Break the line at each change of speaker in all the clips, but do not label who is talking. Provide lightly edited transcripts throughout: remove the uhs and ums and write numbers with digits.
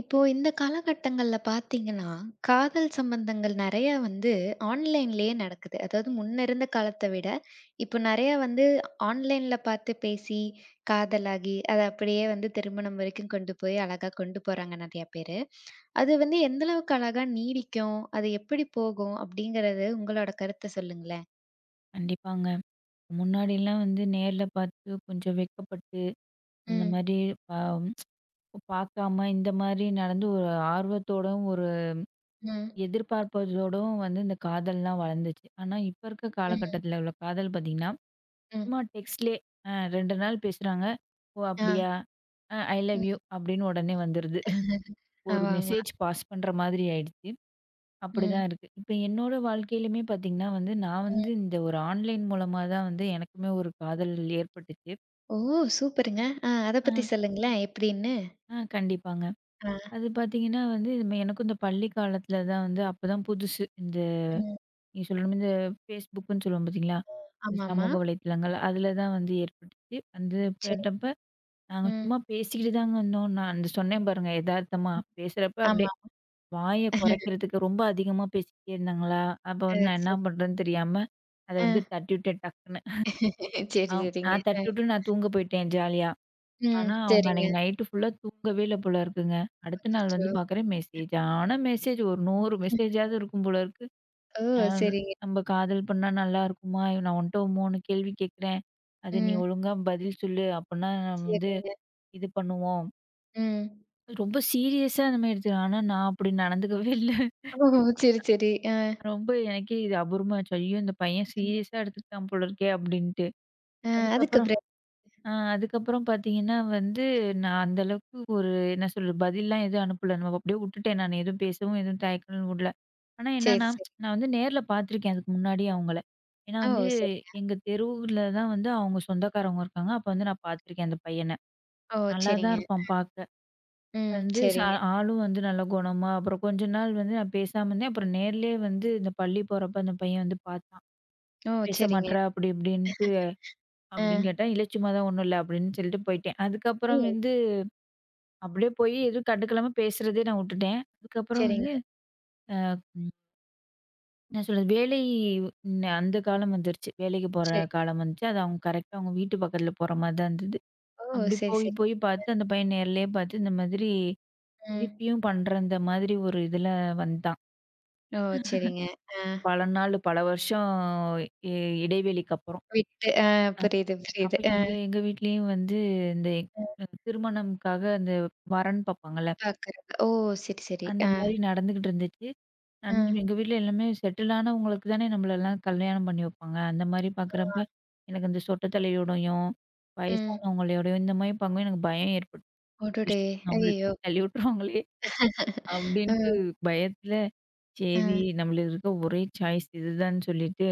இப்போ இந்த காலகட்டங்கள்ல பார்த்தீங்கன்னா, காதல் சம்பந்தங்கள் நெறைய வந்து ஆன்லைன்லயே நடக்குது. அதாவது முன்ன இருந்த காலத்த விட, இப்போ நெறைய வந்து ஆன்லைன்ல பார்த்து பேசி, காதலாகி, அத அப்படியே வந்து திருமணம் வரைக்கும் கொண்டு போய் அழகா கொண்டு போறாங்க நெறைய பேரு. அது வந்து எந்த அளவுக்கு அழகா நீடிக்கும்? அது எப்படி போகும்? அப்படிங்கிறது உங்களோட கருத்த சொல்லுங்களேன்.
கண்டிப்பாங்க. முன்னாடிலாம் வந்து நேர்ல பார்த்து கொஞ்சம் வெட்கப்பட்டு, அந்த
ம்.
மாரி பா பார்க்காம இந்த மாரி நடந்து ஒரு ஆர்வத்தோடும், ஒரு
ம்.
எதிர்பார்ப்பதோடும் வந்து இந்த காதல்லாம் வளர்ந்துச்சு. ஆனா, இப்ப இருக்க
ம்ஹ்ம்.
காலகட்டத்தில உள்ள காதல் பார்த்தீங்கன்னா,
ம்.
சும்மா டெக்ஸ்ட்லயே 2 நாள் பேசுறாங்க. "ஓ!
ஆ.
அப்படியா? ஐ லவ் யூ"
ம்.
அப்படின்னு உடனே வந்துருது. ஒரு
ஆமாமா.
மெசேஜ் பாஸ் பண்ற மாதிரி ஆயிடுச்சு.
ம்.
அப்படிதான் இருக்கு. இப்ப என்னோட வாழ்க்கையிலுமே பார்த்தீங்கன்னா வந்து, நான்
ம்.
வந்து இந்த ஒரு ஆன்லைன் மூலமா தான் வந்து எனக்குமே ஒரு காதல் ஏற்பட்டுச்சு.
ஓ! சூப்பருங்க. ஆ அத
ஆ,
பத்தி சொல்லுங்களேன் எப்படின்னு?
ஆ கண்டிப்பாங்க.
ஆ,
அது பார்த்தீங்கன்னா வந்து இதுமே எனக்கும் இந்த பள்ளி காலத்துல தான் வந்து அப்பதான் புதுசு. இந்த
ம்.
நீங்க சொல்ற மாரி இந்த Facebookன்னு சொல்லுவோம் பார்த்தீங்களா? இந்த
ஆமாமா.
சமூக வலைத்தளங்கள். அதுல தான் வந்து ஏற்பட்டுச்சு. வந்து
சரி.
போயிட்டப்ப நாங்க
ம்.
சும்மா பேசிக்கிட்டு தாங்க இருந்தோம். நான் அந்த சொன்னேன் பாருங்க எதார்த்தமா. பேசுறப்ப அப்படியே
ஆமா.
வாய
அ சரி.
குறைக்கிறதுக்கு ரொம்ப அதிகமா பேசிக்கிட்டே இருந்தாங்களா, அப்ப
அ
வந்து நான் என்ன பண்றேன்னு தெரியாம, அத வந்து தட்டி விட்டேன் டக்குன்னு. அ
சரி, சரிங்க.
நான் தட்டி விட்டு நான் தூங்க போயிட்டேன் ஜாலியா.
ம்.
ஆனா, அவங்க
சரிங்க.
அன்னைக்கு நைட்டு ஃபுல்லா தூங்கவே இல்ல போல இருக்குங்க. அடுத்த நாள்
அச்சச்சோ!
வந்து பார்க்குறேன் மெசேஜ். ஆனா மெசேஜ் ஒரு 100 மெசேஜாவது இருக்கும் போல இருக்கு.
ஓ!
அ
சரிங்க.
"நம்ப காதல் பண்ணா நல்லாருக்குமா? நான் உன்ட்ட 3 கேள்வி கேட்குறேன். அது நீ
ம்.
ஒழுங்கா பதில் சொல்லு. அப்பன்னா நம்ம வந்து
சரிங்க.
இது பண்ணுவோம்."
ம்.
ரொம்ப சீரியஸா அந்த மாரி எடுத்து ஆனா நான் அப்படி நடந்துக்கவே இல்ல.
ஓ! சரி, சரி.
ரொம்ப எனக்கே இது அபூர்வமா ஆச்சு. ஐயோ! இந்த பையன் சீரியஸா எடுத்துக்கிட்டான் போல இருக்கே! அப்படின்ட்டு.
அ
அதுக்கப்புறம்
அதுக்கப்புறம்?
அதுக்கப்புறம் பார்த்தீங்கன்னா வந்து, நான் அந்த அளவுக்கு ஒரு என்ன சொல்றது, பதில்லாம் எதுவும் அனுப்பல. நம்ம அப்படியே உட்டுட்டேன் நானு. எதுவும் பேசவும், எதுவும் தயக்கம்லாம் விடல. ஆனா
சரி,
என்னன்னா,
சரி.
நான் வந்து நேர்ல பார்த்துருக்கேன் அதுக்கு முன்னாடி அவங்கள. ஏன்னா
ஓ!
வந்து,
சரி.
எங்க தெருவுல தான் வந்து அவங்க சொந்தக்காரவங்க இருக்காங்க. அப்ப வந்து நான் பார்த்துருக்கேன் அந்த பையன.
ஓ!
நல்லா தான்
சரிங்க.
இருப்பான் பார்க்க.
ம்.
வந்து ச
சரிங்க.
ஆளும் வந்து நல்ல குணமா, அப்புறம் கொஞ்ச நாள் வந்து நான் பேசாம இருந்தேன். அப்புறம் நேர்லயே வந்து இந்த பள்ளி போறப்ப அந்த பையன் வந்து பார்த்தான்.
ஓ!
"ஏன் பேச
சரிங்க.
மாட்ற?" அப்படி இப்படின்ட்டு.
அ.
அப்படின்னு கேட்டா, "இல்ல சும்மா தான் ஒண்ணும் இல்ல." அப்படின்னு சொல்லிட்டு போயிட்டேன். அதுக்கப்புறம்
ஓ!
வந்து அப்படியே போய் எதுவும் கண்டுக்கலாம பேசுறதே நான் வுட்டுட்டேன். அதுக்கப்புறம் வந்து
சரிங்க.
ம் என்ன சொல்றது? வேலை ந அந்த காலம் வந்துருச்சு. வேலைக்கு போற
சரி.
காலம் வந்துச்சு. அது அவங்க கரெக்ட்டா அவங்க வீட்டு பக்கத்துல போற மாரி தான் இருந்தது.
ஓ!
அப்படி
சரி,
போய்
சரி.
போய் பார்த்து அந்த பையன் நேர்லயே பார்த்து இந்த மாதிரி
ம்.
திருப்பியும் பண்ற இந்த மாதிரி ஒரு இதுல வந்தான்.
ஓ! சரிங்க. அ.
பல நாள் பல வருஷம் இ இடைவெளிக்கு அப்புறம்.
விட்டு புரியுது,
அப்ப
புரியுது.
எங்க எங்க வீட்லயும் வந்து இந்த
அ.
திருமணம்க்காக அந்த வரன் பார்ப்பாங்கல்ல,
பாக்குறது. ஓ! சரி, சரி.
அந்த மாரி நடந்துகிட்டு இருந்துச்சு.
ஆ.
நன்றி. எங்க வீட்ல எல்லாமே செட்டில் ஆனவங்களுக்கு தானே நம்மளலாம் கல்யாணம் பண்ணி வைப்பாங்க. அந்த மாரி
ஆ.
பார்க்குறப்ப, எனக்கு இந்த சொட்ட தலையோடையும்,
ம்.
வயசானவங்களோடையும் இந்த மாரி பார்க்கும்போது எனக்கு பயம் ஏற்பட்டு
அடடே!
"ஐயோ! நம்மள
ஐயய்யோ!
இப்படி தள்ளி விட்டுருவாங்களே!" அப்படின்ட்டு
ம்.
பயத்துல,
ஆ.
சரி நம்மளுக்கு இருக்க ஒரே சாய்ஸ் இதுதான்னு சொல்லிட்டு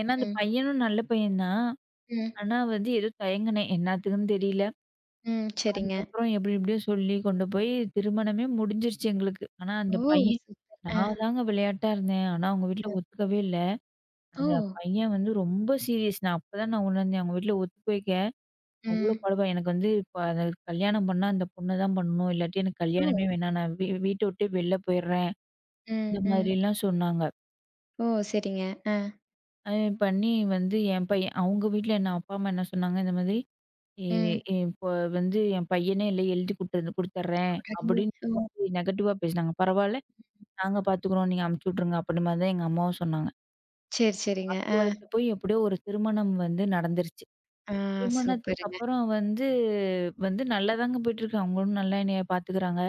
ஏன்னா அந்த
ம்.
பையனும் நல்ல பையன் தான்.
ம்.
ஆனா வந்து ஏதோ தயங்குனேன். என்னாத்துக்குன்னு தெரியல.
ம். சரிங்க.
அதுக்கப்புறம் எப்படி எப்படியோ சொல்லி கொண்டு போய் திருமணமே முடிஞ்சிருச்சு எங்களுக்கு. ஆனா அந்த
ஓ!
பையன்
சூப்பர். ஆ.
நான் தாங்க விளையாட்டா இருந்தேன். ஆனா அவங்க வீட்ல
அ.
ஒத்துக்கவே இல்ல.
ஓ!
அந்த பையன் வந்து ரொம்ப சீரியஸ். நான் அப்பதான் நான் உணர்ந்தேன். அவங்க வீட்ல ஒத்துக்க வைக்க, அவ்ளோ
ம்.
பாடுபா எனக்கு வந்து இப்ப அத கல்யாணம் பண்ணா அந்த பொண்ண தான் பண்ணணும். இல்லாட்டி எனக்கு கல்யாணமே
ஓ!
வேணாம். நான் வீட்ட விட்டே வெளில போயிடுறேன்.
ம்.
இந்த
ம்.
மாதிரிலாம் சொன்னாங்க.
ஓ! சரிங்க. ஆ.
அ பண்ணி வந்து என் பையன் அவங்க வீட்ல என்ன அப்பா, அம்மா என்ன சொன்னாங்க, இந்த மாதிரி "எ
ம்.
"இப்போ வந்து என் பையனே இல்ல எழுதி குடுத்து குடுத்துர்றேன்"
அடடே! ஓ!
அப்படின்னு நெகட்டிவா பேசினாங்க. பரவால்ல, "நாங்க பாத்துக்குறோம். நீங்க அனுப்பிச்சு விட்டுருங்க" அப்படி மாதிரி தான் எங்க அம்மாவும் சொன்னாங்க.
சரி, சரிங்க. ஆ.
வாதத்துல போய் எப்படியோ ஒரு திருமணம் வந்து நடந்துருச்சு.
ஆ.
திருமணத்துக்கு
சூப்பருங்க.
அப்புறம் வந்து வந்து நல்லாதாங்க போயிட்டுருக்கு. அவங்களும் நல்லா என்னைய பார்த்துக்கிறாங்க.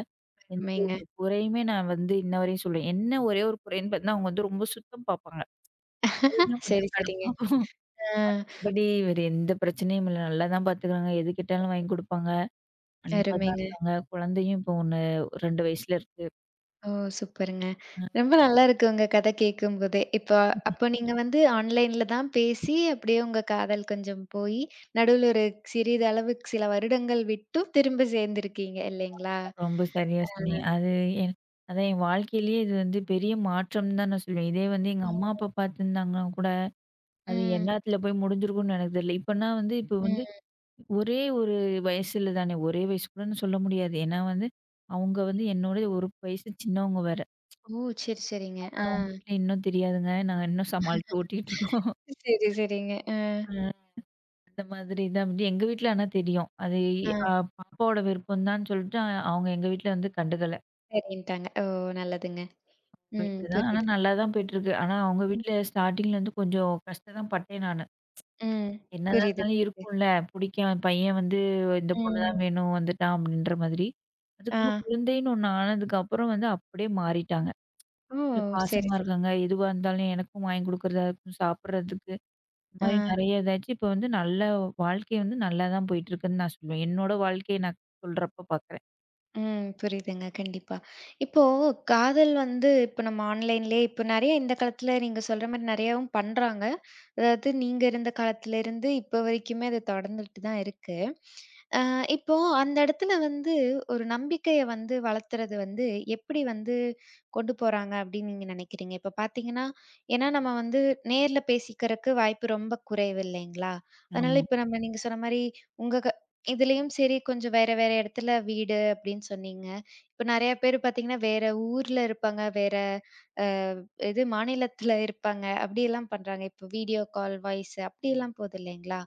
எந்த
அருமைங்க.
ஒரு குறையுமே நான் வந்து இன்ன வரையும் சொல்லுவேன். என்ன ஒரே ஒரு குறைன்னு பார்த்தீங்கன்னா, அவங்க வந்து ரொம்ப சுத்தம் பார்ப்பாங்க. அதுதான்
சரி,
கொஞ்சம்
சரிங்க.
கடுப்பாகும்.
ஆ.
மத்தபடி வேற எந்த பிரச்சனையும் இல்ல. நல்லா தான் பார்த்துக்கிறாங்க. எது கேட்டாலும் வாங்கி குடுப்பாங்க. அன்பா தான்
அருமைங்க.
இருக்காங்க. குழந்தையும் இப்போ 1 2 வயசுல இருக்கு.
ஓ! சூப்பருங்க. ரொம்ப நல்லா இருக்கு உங்க கதை கேட்கும்போதே. இப்போ அப்போ நீங்க வந்து ஆன்லைன்ல தான் பேசி, அப்படியே உங்க காதல் கொஞ்சம் போயி, நடுவுல ஒரு சிறிதளவு சில வருடங்கள் விட்டும் திரும்ப சேர்ந்திருக்கீங்க இல்லைங்களா?
ரொம்ப சரியா
ஆ.
சொன்னீங்க. அது என் அதான் என் வாழ்க்கையிலேயே இது வந்து பெரிய மாற்றம் தான் நான் சொல்லுவேன். இதே வந்து எங்க அம்மா, அப்பா பார்த்துருந்தாங்கன்னா கூட, அது
ம்.
எந்நேரத்துல போய் முடிஞ்சிருக்கும்னு எனக்கு தெரியல. இப்பன்னா வந்து இப்ப வந்து
ம்.
ஒரே ஒரு வயசுல தானே. ஒரே வயசு கூடன்னு சொல்ல முடியாது. ஏன்னா வந்து, அவங்க வந்து என்னோட ஒரு வயசு சின்னவங்க வேற.
ஓ! சரி, சரிங்க.
ஆனா
ஆ.
அவங்க வீட்ல இன்னும் தெரியாதுங்க. நாங்க இன்னும் சமாளிச்சு ஓட்டிட்டு இருக்கோம்.
சரி, சரிங்க. ஆ.
அ அந்த மாதிரி தான் வந்து எங்க வீட்ல ஆனா தெரியும். அது
ஆ.
அ பாப்பாவோட விருப்பம் தான்னு சொல்லிட்டு அவங்க எங்க வீட்ல வந்து கண்டுக்கல.
சரின்ட்டாங்க. ஓ! நல்லதுங்க.
எங்க
ம்.
வீட்ல தான். ஆனா
புரியுது.
நல்லா தான் போயிட்டுருக்கு. ஆனா அவங்க வீட்ல ஸ்டார்ட்டிங்ல வந்து கொஞ்சம் கஷ்டம் தான் பட்டேன் நானு.
ம்.
என்னதான்
புரியுது,
இருந்தாலும்
புரியுது.
இருக்கும்ல. புடிக்கும் பையன் வந்து இந்த பொண்ணு தான்
ம்.
வேணும் வந்துட்டான் அப்படின்ற மாதிரி.
ஆ.
அதுக்கப்புறம் குழந்தைன்னு ஒண்ணு ஆனதுக்கப்புறம் வந்து அப்படியே மாறிட்டாங்க.
ஓ!
இல்ல
சரி,
பாசமா
சரி.
இருக்காங்க. எதுவா இருந்தாலும் எனக்கும் வாங்கி குடுக்குறதா இருக்கும், சாப்பிடுறதுக்கு. இந்த
ஆ.
மாரி நெறைய ஏதாச்சும் இப்ப வந்து நல்ல வாழ்க்கை வந்து நல்லா தான் போயிட்டுருக்குன்னு நான் சொல்லுவேன். என்னோட வாழ்க்கைய நான் சொல்றப்ப பார்க்குறேன்.
ம். புரியுதுங்க. கண்டிப்பா. இப்போ காதல் வந்து இப்ப நம்ம ஆன்லைன்லயே இப்ப நெறைய இந்த காலத்துல நீங்க சொல்ற மாரி நெறையாவும் பண்றாங்க. அதாவது நீங்க இருந்த காலத்துல இருந்து இப்ப வரைக்குமே அது தொடர்ந்துட்டு தான் இருக்கு. அ இப்போ அந்த இடத்துல வந்து ஒரு நம்பிக்கைய வந்து வளர்த்துறது வந்து எப்படி வந்து கொண்டு போறாங்க அப்படின்னு நீங்க நினைக்கிறீங்க? இப்ப பார்த்தீங்கன்னா, ஏன்னா நம்ம வந்து நேர்ல பேசிக்கிறக்கு வாய்ப்பு ரொம்ப குறைவு இல்லைங்களா? அதனால
ஆமா,
இப்ப நம்ம நீங்க சொன்ன மாரி உங்க இதுலயும் சரி, கொஞ்சம் வேற, வேற இடத்துல வீடு அப்படின்னு சொன்னீங்க. இப்ப நெறைய பேரு பார்த்தீங்கன்னா, வேற ஊர்ல இருப்பாங்க. வேற அ இது மாநிலத்துல இருப்பாங்க. அப்படியெல்லாம் பண்றாங்க. இப்போ வீடியோ கால், வாய்ஸ் அப்படியெல்லாம் போது இல்லைங்களா?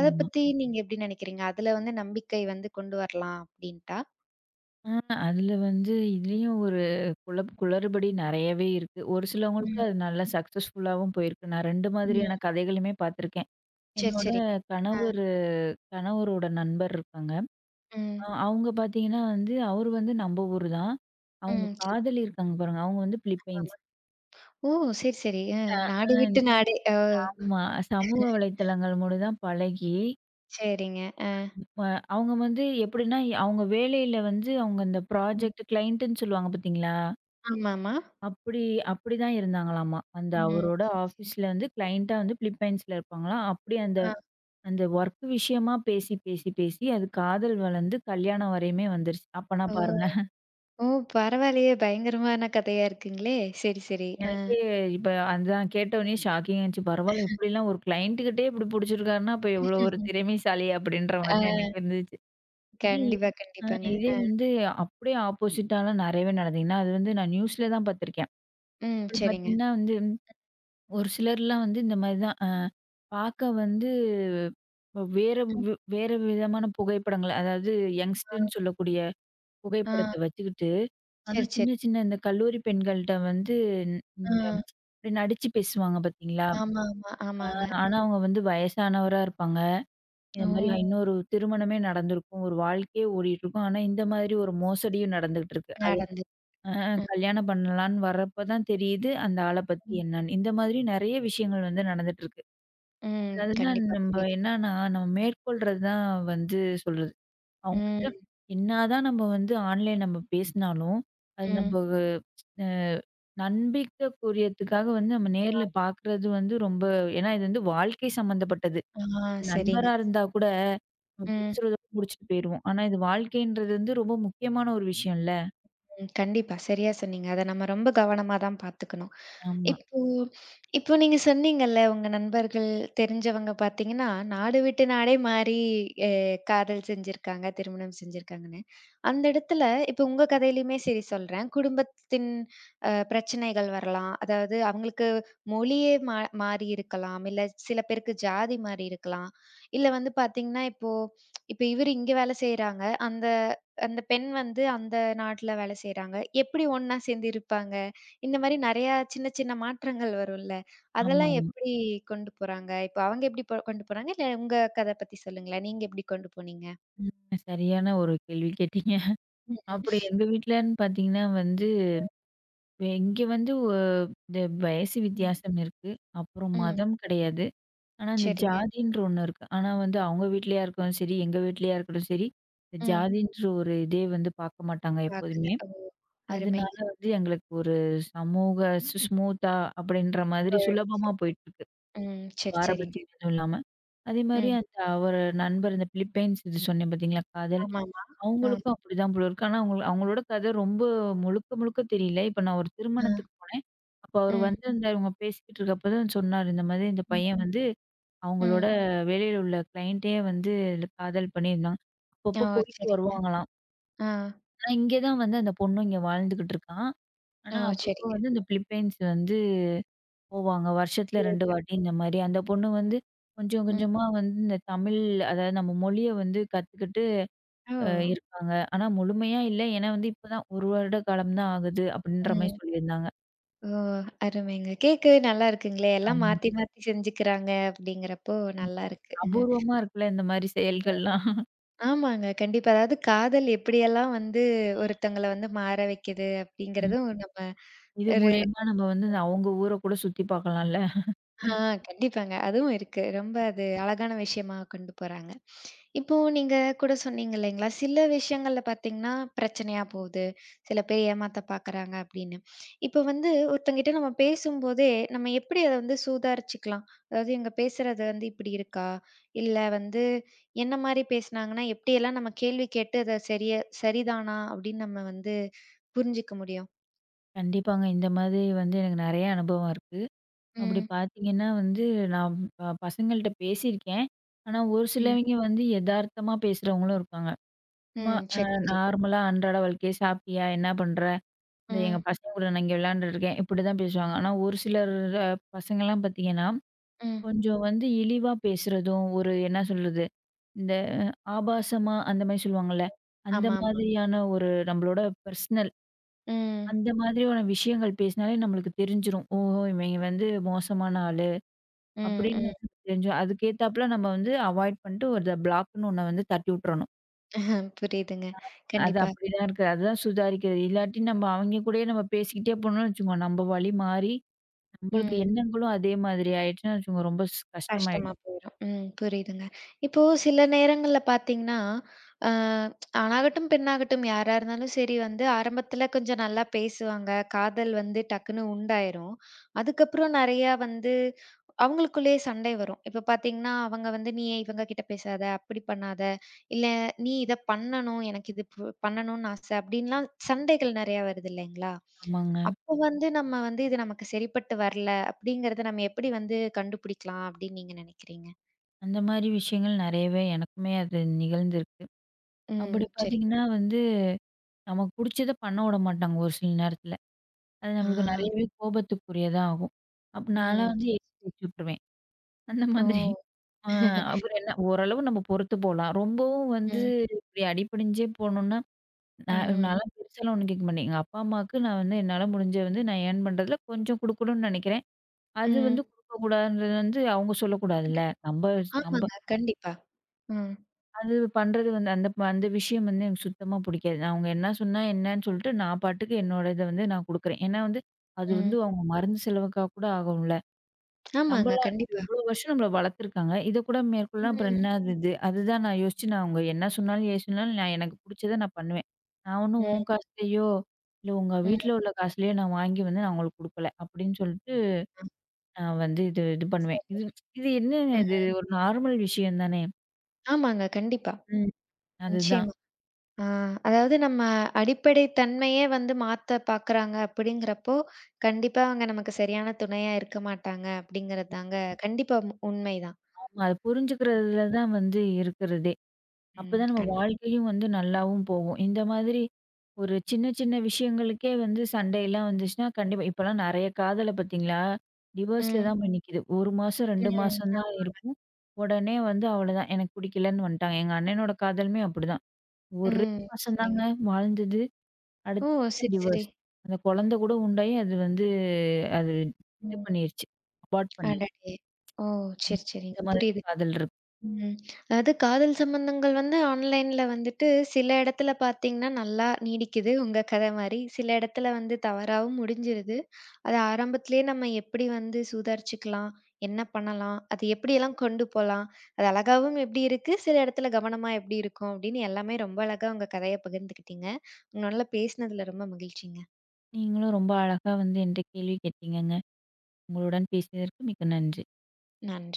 அத
ஆமா.
பத்தி நீங்க எப்படி நினைக்கிறீங்க? அதுல வந்து நம்பிக்கை வந்து கொண்டு வரலாம் அப்படின்ட்டா?
ஆ அதுல வந்து இதுலயும் ஒரு குளறுபடி நெறையவே இருக்கு. ஒரு சிலவங்களுக்கு
ம்,
அது நல்லா சக்சஸ்ஃபுல்லாவும் போயிருக்கு. நான் 2
ம்.
மாதிரியான கதைகளுமே பார்த்துருக்கேன்.
சரி,
என்னோட
சரி. ஆ,
கணவரு கணவரோட நண்பர் இருக்காங்க. அ
ம்,
அவுங்க பார்த்தீங்கன்னா வந்து, அவரு வந்து நம்ம ஊரு தான். அவுங்க
ம். சரி,
காதலி இருக்காங்க பாருங்க, அவுங்க வந்து பிலிப்பைன்ஸ்.
ஆமா. ஓ! சரி, சரி. நாடு
அ
விட்டு நாடு. ஓ!
ஆமா. சமூக வலைத்தளங்கள் மூலம் தான் பழகி,
சரிங்க. அ.
இப்ப அவுங்க வந்து எப்படின்னா, அவுங்க வேலையில வந்து அவுங்க இந்த ப்ராஜெக்ட் கிளையண்ட்டுன்னு சொல்லுவாங்க பார்த்தீங்களா?
ஆமாமா.
அப்படி அப்படிதான் இருந்தாங்களாமா. அந்த
ம்.
அவரோட
சரி, சரி.
ஆஃபீஸ்ல வந்து கிளையண்ட்டா வந்து பிலிப்பைன்ஸ்ல இருப்பாங்களாம். அப்படி அந்த
ஆ.
அந்த வொர்க் விஷயமா பேசி, பேசி, பேசி அது காதல் வளர்ந்து கல்யாணம் வரையுமே வந்துருச்சு. அப்பனா
ஓ!
பாருங்க.
ஓ! பரவாயில்லையே! பயங்கரமான கதையா இருக்குங்களே! சரி, சரி. ஆ.
எனக்கே இப்ப அதான் கேட்டோனே ஷாக்கிங்கா இருந்துச்சு. பரவால்ல இப்படிலாம் ஒரு கிளையண்ட் கிட்டயே இப்படி புடிச்சிருக்காருன்னா, அப்ப எவ்வளோ ஒரு திறமைசாலி அப்படின்ற
ஆ.
மாதிரி தான் எனக்கு இருந்துச்சு. இதே
கண்டிப்பா,
அ
கண்டிப்பாங்க.
இதே
ஆ.
வந்து அப்படியே ஆப்போசிட்டாலாம் நெறையவே நடந்தது. ஏன்னா, அது வந்து நான் நியூஸ்ல தான் பார்த்துருக்கேன்.
ம்.
அப்படி
சரிங்க.
பார்த்தீங்கன்னா வந்து, ஒரு சிலர்லாம் வந்து இந்த மாரி தான் அ பார்க்க வந்து வேற
ம்.
வேற விதமான புகைப்படங்கள், அதாவது
ஆ.
யங்ஸ்டர்ன்னு சொல்லக்கூடிய
ஆ.
புகைப்படத்த வச்சுக்கிட்டு, ஆனா
சரி, சரி.
சின்ன சின்ன இந்த கல்லூரி பெண்கள்ட்ட வந்து இந்த
ஆ.
இப்படி நடிச்சு பேசுவாங்க பார்த்தீங்களா?
ஆமா, ஆமா.
ஆ,
ஆமாங்க.
ஆனா அவங்க வந்து வயசானவரா இருப்பாங்க.
ஓ!
இந்த மாரி இன்னொரு திருமணமே நடந்திருக்கும். ஒரு வாழ்க்கையே ஓடிட்டுருக்கும். ஆனா இந்த மாதிரி ஒரு மோசடியும் நடந்துகிட்டு இருக்கு.
நடந்து.
அ
ம்.
கல்யாணம் பண்ணலான்னு வர்றப்ப தான் தெரியுது, அந்த ஆள பத்தி
ம்.
என்னன்னு. இந்த மாதிரி நெறைய விஷயங்கள் வந்து நடந்துட்டு இருக்கு.
ம்.
அதுதான்
கண்டிப்பா
நம்ம
புரியுது.
என்னன்னா, நம்ம மேற்கொள்றது தான் வந்து சொல்றது. அவங்ககிட்ட
ம்.
என்னாதான் நம்ம வந்து ஆன்லைன் நம்ம பேசினாலும், அது நம்ம
ம்.
அ நம்பிக்கைக்குரியதுக்காக வந்து நம்ம
ஆ.
நேர்ல பார்க்குறது வந்து ரொம்ப ஏன்னா இது வந்து வாழ்க்கை சம்மந்தப்பட்டது.
ஆ. சரிங்க.
நண்பரா இருந்தா கூட, நம்ம
ம்.
பேசுறதோட முடிச்சுட்டு போயிருவோம். ஆனா இது வாழ்க்கைன்றது வந்து ரொம்ப முக்கியமான ஒரு விஷயம்ல.
ம். கண்டிப்பா. சரியா சொன்னீங்க. அத நம்ம ரொம்ப கவனமா தான் பார்த்துக்கணும்.
ஆமா.
இப்போ இப்போ நீங்க சொன்னீங்கல்ல, உங்க நண்பர்கள், தெரிஞ்சவங்க பார்த்தீங்கன்னா, நாடு விட்டு நாடே மாறி அ காதல் செஞ்சிருக்காங்க, திருமணம் செஞ்சிருக்காங்கன்னு. அந்த இடத்துல இப்போ உங்க கதையிலயுமே சரி சொல்றேன். குடும்பத்தின் பிரச்சனைகள் வரலாம். அதாவது அவங்களுக்கு மொழியே மாறி இருக்கலாம். இல்ல சில பேருக்கு ஜாதி மாறி இருக்கலாம். இல்ல வந்து பார்த்தீங்கன்னா, இப்போ இப்போ இவரு இங்க வேலை செய்றாங்க. அந்த அந்த பெண் வந்து அந்த நாட்ல வேலை செய்றாங்க. எப்படி ஒண்ணா சேர்ந்து இருப்பாங்க? இந்த மாரி நெறையா சின்ன சின்ன மாற்றங்கள் வரும்ல. அதெல்லாம்
ஆமாமா.
எப்படி கொண்டு போறாங்க? இப்ப அவங்க எப்படி கொண்டு போறாங்க? இல்ல உங்க கத பத்தி சொல்லுங்களேன். நீங்க எப்படி கொண்டு போனீங்க?
ம். சரியான ஒரு கேள்வி கேட்டீங்க.
ம், ம்.
அப்படி எங்க வீட்லன்னு பார்த்தீங்கன்னா வந்து, வே- இங்க வந்து ஒ இந்த வயசு
ம்,
வித்தியாசம் இருக்கு. அப்புறம்
ம்.
மதம் கிடையாது. ஆனா இந்த
சரிங்க.
ஜாதின்ற ஒண்ணு இருக்கு. ஆனா வந்து அவங்க வீட்லயா இருக்கட்டும் சரி, எங்க வீட்லயா இருக்கட்டும் சரி, இந்த
ம்.
ஜாதின்ற ஒரு இதே வந்து பார்க்க மாட்டாங்க
பார்க்கல.
எப்போதுமே.
ஓ!
அதனால
அருமைங்க.
வந்து எங்களுக்கு ஒரு சமூக ஸ்மூத்தா அப்படின்ற மாதிரி
போயிடுச்சு.
சுலபமா போயிட்டுருக்கு.
ம். சரி, சரிங்க.
பாரபட்சம் எதுவும் இல்லாம. அதேமாரி
ம்.
அந்த அவரு நண்பர் இந்த பிலிப்பைன்ஸ் இது சொன்னேன் பார்த்தீங்களா? காதல்.
ஆமாமா. அ,
அவங்களுக்கும் அப்படிதான் போல இருக்கு. ஆனா அவங்கள அவங்களோட கதை ரொம்ப முழுக்க முழுக்க தெரியல. இப்ப நான் ஒரு
அ.
திருமணத்துக்கு போனேன். அப்போ அவரு
ம்,
வந்திருந்தாரு. இவங்க பேசிக்கிட்டு இருக்கப்ப தான் சொன்னாரு. இந்த மாதிரி இந்த
ம்,
பையன் வந்து அவங்களோட
ம்.
வேலையில உள்ள கிளையண்ட்டயே வந்து இதுல காதல் பண்ணியிருந்தாங்க.
ஓ!
அப்பப்போ போயிட்டு
சரிங்க.
வருவாங்களாம்.
ஆ.
ஆனா இங்கே தான் வந்து அந்த பொண்ணு இங்க வாழ்ந்துகிட்டு இருக்கான்.
ஓ!
ஆனா, அப்பப்போ
சரிங்க.
வந்து இந்த பிலிப்பைன்ஸ் வந்து போவாங்க. வருஷத்துல 2
போயிட்டு.
வாட்டி இந்த மாரி. அந்த பொண்ணு வந்து கொஞ்சம்
ம்.
கொஞ்சமா வந்து இந்த தமிழ் அதாவது நம்ம மொழிய வந்து கத்துக்கிட்டு
ஓ!
அ இருக்காங்க. ஆனா முழுமையா இல்ல. ஏன்னா வந்து இப்பதான் 1 வருட காலம் தான் ஆகுது அப்படின்ற மாரி
ம்.
சொல்லியிருந்தாங்க.
ஓ! அருமைங்க. கேட்கவே நல்லா இருக்குங்களே! எல்லாம்
ஆமா.
மாத்தி மாத்தி செஞ்சுக்கிறாங்க அப்படிங்கிறப்போ நல்லா இருக்கு.
அபூர்வமா இருக்குல்ல இந்த மாரி செயல்கள்லாம்.
ஆமாங்க. கண்டிப்பா. அதாவது காதல் எப்படியெல்லாம் வந்து ஒருத்தங்கள வந்து மாற வைக்குது
ம்.
அப்படிங்கிறதும் நம்ம
இது
ஒரு
மூலியமா நம்ம வந்து அவங்க ஊர கூட சுத்தி பார்க்கலாம்ல.
ஆ கண்டிப்பாங்க. அதுவும் இருக்கு. ரொம்ப அது அழகான விஷயமா கொண்டு போறாங்க. இப்போ நீங்க கூட சொன்னீங்க இல்லைங்களா, சில விஷயங்கள்ல பார்த்தீங்கன்னா, பிரச்சனையா போகுது. சில பேர் ஏமாத்த பார்க்குறாங்க அப்படின்னு. இப்ப வந்து ஒருத்தங்கிட்ட நம்ம பேசும்போதே, நம்ம எப்படி அத வந்து சுதாரிச்சுக்கலாம்? அதாவது இவங்க பேசுறது வந்து இப்படி இருக்கா? இல்ல வந்து என்ன மாரி பேசுனாங்கன்னா, எப்படியெல்லாம் நம்ம கேள்வி கேட்டு அத சரியா சரிதானா அப்படின்னு நம்ம வந்து புரிஞ்சுக்க முடியும்?
கண்டிப்பாங்க. இந்த மாதிரி வந்து எனக்கு நெறைய அனுபவம் இருக்கு. அப்படி
ம்.
பார்த்தீங்கன்னா வந்து, நான் பசங்கள்ட்ட பேசியிருக்கேன். ஆனா, ஒரு
ம்.
சிலவைங்க வந்து எதார்த்தமா பேசுறவங்களும் இருக்காங்க. சும்மா
ம்.
அ
சரி, சரி.
நார்மலா அன்றாட வாழ்க்கைய "சாப்பிட்டியா? என்ன பண்ற?" இந்த எங்க
ம்.
பசங்க கூட நான் இங்கே விளையாண்டுட்டுருக்கேன். இப்படிதான் பேசுவாங்க. ஆனா, ஒரு சிலர் அ பசங்கலாம் பார்த்தீங்கன்னா,
ம்.
கொஞ்சம் வந்து இழிவா பேசுறதும், ஒரு என்ன சொல்றது? இந்த ஆபாசமா அந்த மாரி சொல்லுவாங்கல்ல, அந்த
ஆமாமா.
மாதிரியான ஒரு நம்மளோட பர்சனல்
ம்.
அந்த மாதிரியான விஷயங்கள் பேசினாலே நம்மளுக்கு தெரிஞ்சிரும். ஓஹோ! இவங்க வந்து மோசமான ஆள்.
ம்.
அப்படின்னு
ம்.
தெரிஞ்சும். அதுக்கேத்தாப்புல நம்ம வந்து அவாய்ட் பண்ணிட்டு ஒரு பிளாக்ன்னு ஒண்ண வந்து தட்டி விட்டுறணும்.
புரியுதுங்க.
அது
கண்டிப்பா.
அப்படிதான் இருக்கு. அதுதான் சுதாரிக்கிறது. இல்லாட்டி நம்ம அவங்க கூடயே நம்ம பேசிக்கிட்டே போனோம்னு வச்சுக்கோங்க, நம்ம வழி மாறி நம்மளுக்கு
ம்.
எண்ணங்களும் அதே மாதிரி ஆயிடுச்சுன்னு வச்சுக்கோங்க, ரொம்ப
கஷ்டமா
கஷ்டமாயிடும்.
போயிரும். ம். புரியுதுங்க. இப்போ சில நேரங்கள்ல பார்த்தீங்கன்னா, அ ஆணாகட்டும், பெண்ணாகட்டும் யாரா இருந்தாலும் சரி வந்து ஆரம்பத்துல கொஞ்சம் நல்லா பேசுவாங்க. காதல் வந்து டக்குன்னு உண்டாயிரும். அதுக்கப்புறம் நெறையா வந்து அவங்களுக்குள்ளேயே சண்டை வரும். இப்ப பார்த்தீங்கன்னா, அவங்க வந்து "நீ ஏன் இவங்க கிட்ட பேசாத, அப்படி பண்ணாத, இல்ல நீ இத பண்ணணும், எனக்கு இது பண்ணணும்னு ஆசை" அப்படின்லாம் சண்டைகள் நெறையா வருது இல்லைங்களா?
ஆமாங்க.
அப்போ வந்து நம்ம வந்து இது நமக்கு சரிப்பட்டு வரல அப்படிங்கிறத நம்ம எப்படி வந்து கண்டுபிடிக்கலாம் அப்படின்னு நீங்க நினைக்கிறீங்க?
அந்த மாதிரி விஷயங்கள் நெறையவே எனக்குமே அது நிகழ்ந்திருக்கு.
ம்.
அப்படி
சரி.
பார்த்தீங்கன்னா வந்து நமக்கு புடிச்சத பண்ண விட மாட்டாங்க ஒரு சில நேரத்துல. அது
ஆ.
நம்மளுக்கு நெறையவே கோபத்துக்குரியதா ஆகும். அப்ப
ம்.
நான்லாம் வந்து
சரி.
எதிர்த்து வச்சு விட்டுருவேன். அந்த மாதிரி.
ஓ!
ஆ அப்புறம் என்ன ஓரளவு நம்ம பொறுத்து போலாம். ரொம்பவும் வந்து
ம்.
இப்படி அடிபணிஞ்சே போனோம்னா, நான்
ம்.
நான்லாம் பெருசாலாம் ஒண்ணும் கேட்க மாட்டேன். எங்க அப்பா, அம்மாவுக்கு நான் வந்து என்னால முடிஞ்ச வந்து நான் ஏர்ன் பண்றதுல கொஞ்சம் குடுக்கணும்னு நெனைக்கிறேன். அது
ம்.
வந்து குடுக்கக்கூடாதுன்றது வந்து அவங்க
அது
சொல்லக்கூடாதுல்ல. நம்ப நம்ப
ஆமாங்க. கண்டிப்பா. ம்.
அது பண்றது வந்து அந்த அந்த விஷயம் வந்து எனக்கு சுத்தமா புடிக்காது. அவங்க என்ன சொன்னா என்னன்னு சொல்லிட்டு, நான் பாட்டுக்கு என்னோட இத வந்து நான் குடுக்குறேன். ஏன்னா வந்து, அது வந்து
ம்.
அவங்க மருந்து செலவுக்கா கூட ஆகும்ல.
ஆமாங்க.
நம்மள
கண்டிப்பா.
இவ்வளோ வருஷம் நம்மள வளர்த்துருக்காங்க. இத கூட மேற்கொள்ள அப்புறம்
ம்.
என்னது இது? அதுதான் நான் யோசிச்சு நான் அவங்க என்ன சொன்னாலும், ஏது சொன்னாலும் நான் எனக்கு புடிச்சத நான் பண்ணுவேன். நான் ஒண்ணும்
ம்.
உன் காசுலயோ, இல்ல உங்க
ம்.
வீட்ல உள்ள காசுலயோ நான் வாங்கி வந்து நான் அவங்களுக்கு குடுக்கல. அப்படின்னு சொல்லிட்டு நான் வந்து இது இது பண்ணுவேன்.
சரி.
இது இது என்னங்க இது?
ம்.
ஒரு நார்மல் விஷயம் தானே.
ஆமாங்க. கண்டிப்பா.
ம். அதுதான்.
நிச்சயமா. ஆ அதாவது நம்ம அடிப்படை தன்மையே வந்து மாத்த பார்க்குறாங்க அப்படிங்கிறப்போ, கண்டிப்பா அவங்க நமக்கு சரியான துணையா இருக்க மாட்டாங்க அப்படிங்கிறது தாங்க கண்டிப்பா உண்மைதான்.
ஆமா. அத புரிஞ்சுக்கிறதுல தான் வந்து இருக்கிறதே.
ம்.
அப்பதான் நம்ம வாழ்க்கையும் வந்து நல்லாவும் போகும். இந்த மாதிரி ஒரு சின்ன சின்ன விஷயங்களுக்கே வந்து சண்டைலாம் வந்துச்சுன்னா, கண்டிப்பா இப்பலாம் நெறைய காதல பார்த்தீங்களா? டிவோர்ஸ்ல
ம்.
தான் போய் நிக்குது. 1 மாசம், 2
ம்.
மாசம் தான்
ஆமா.
இருக்கும். உடனே வந்து அவ்வளோதான். எனக்கு பிடிக்கலன்னு வந்துட்டாங்க. எங்க அண்ணனோட காதலுமே அப்படிதான். ஒரே
ம்.
மாசம்
சரிங்க.
தாங்க வாழ்ந்தது.
ஓ!
அடுத்த மாசம்
சரி, சரி.
டிவோர்ஸ். அந்த குழந்தை கூட உண்டாகி அது இது
ம்.
பண்ணிருச்சு. அபார்ட் பண்ணிருச்சு.
அடடே! ஓ! சரி, சரிங்க.
இந்த மாதிரி
புரியுது.
காதல் இருக்கு.
ம். அதாவது காதல் சம்பந்தங்கள் வந்து ஆன்லைன்ல வந்துட்டு சில இடத்துல பார்த்தீங்கன்னா, நல்லா நீடிக்குது உங்க கதை மாரி. சில இடத்துல வந்து தவறாவும் முடிஞ்சிருது. அது ஆரம்பத்திலேயே நம்ம எப்படி வந்து சுதாரிச்சுக்கலாம்? என்ன பண்ணலாம்? அது எப்படியெல்லாம் கொண்டு போலாம்? அது அழகாவும் எப்படி இருக்கு? சில இடத்துல கவனமா எப்படி இருக்கும்? அப்படின்னு எல்லாமே ரொம்ப அழகா உங்க கதைய பகிர்ந்துக்கிட்டீங்க. உங்களால பேசினதுல ரொம்ப மகிழ்ச்சிங்க.
நீங்களும் ரொம்ப அழகா வந்து என்ட்ட கேள்வி கேட்டீங்கங்க. உங்களுடன் பேசியதற்கு மிக்க நன்றி.
நன்றி.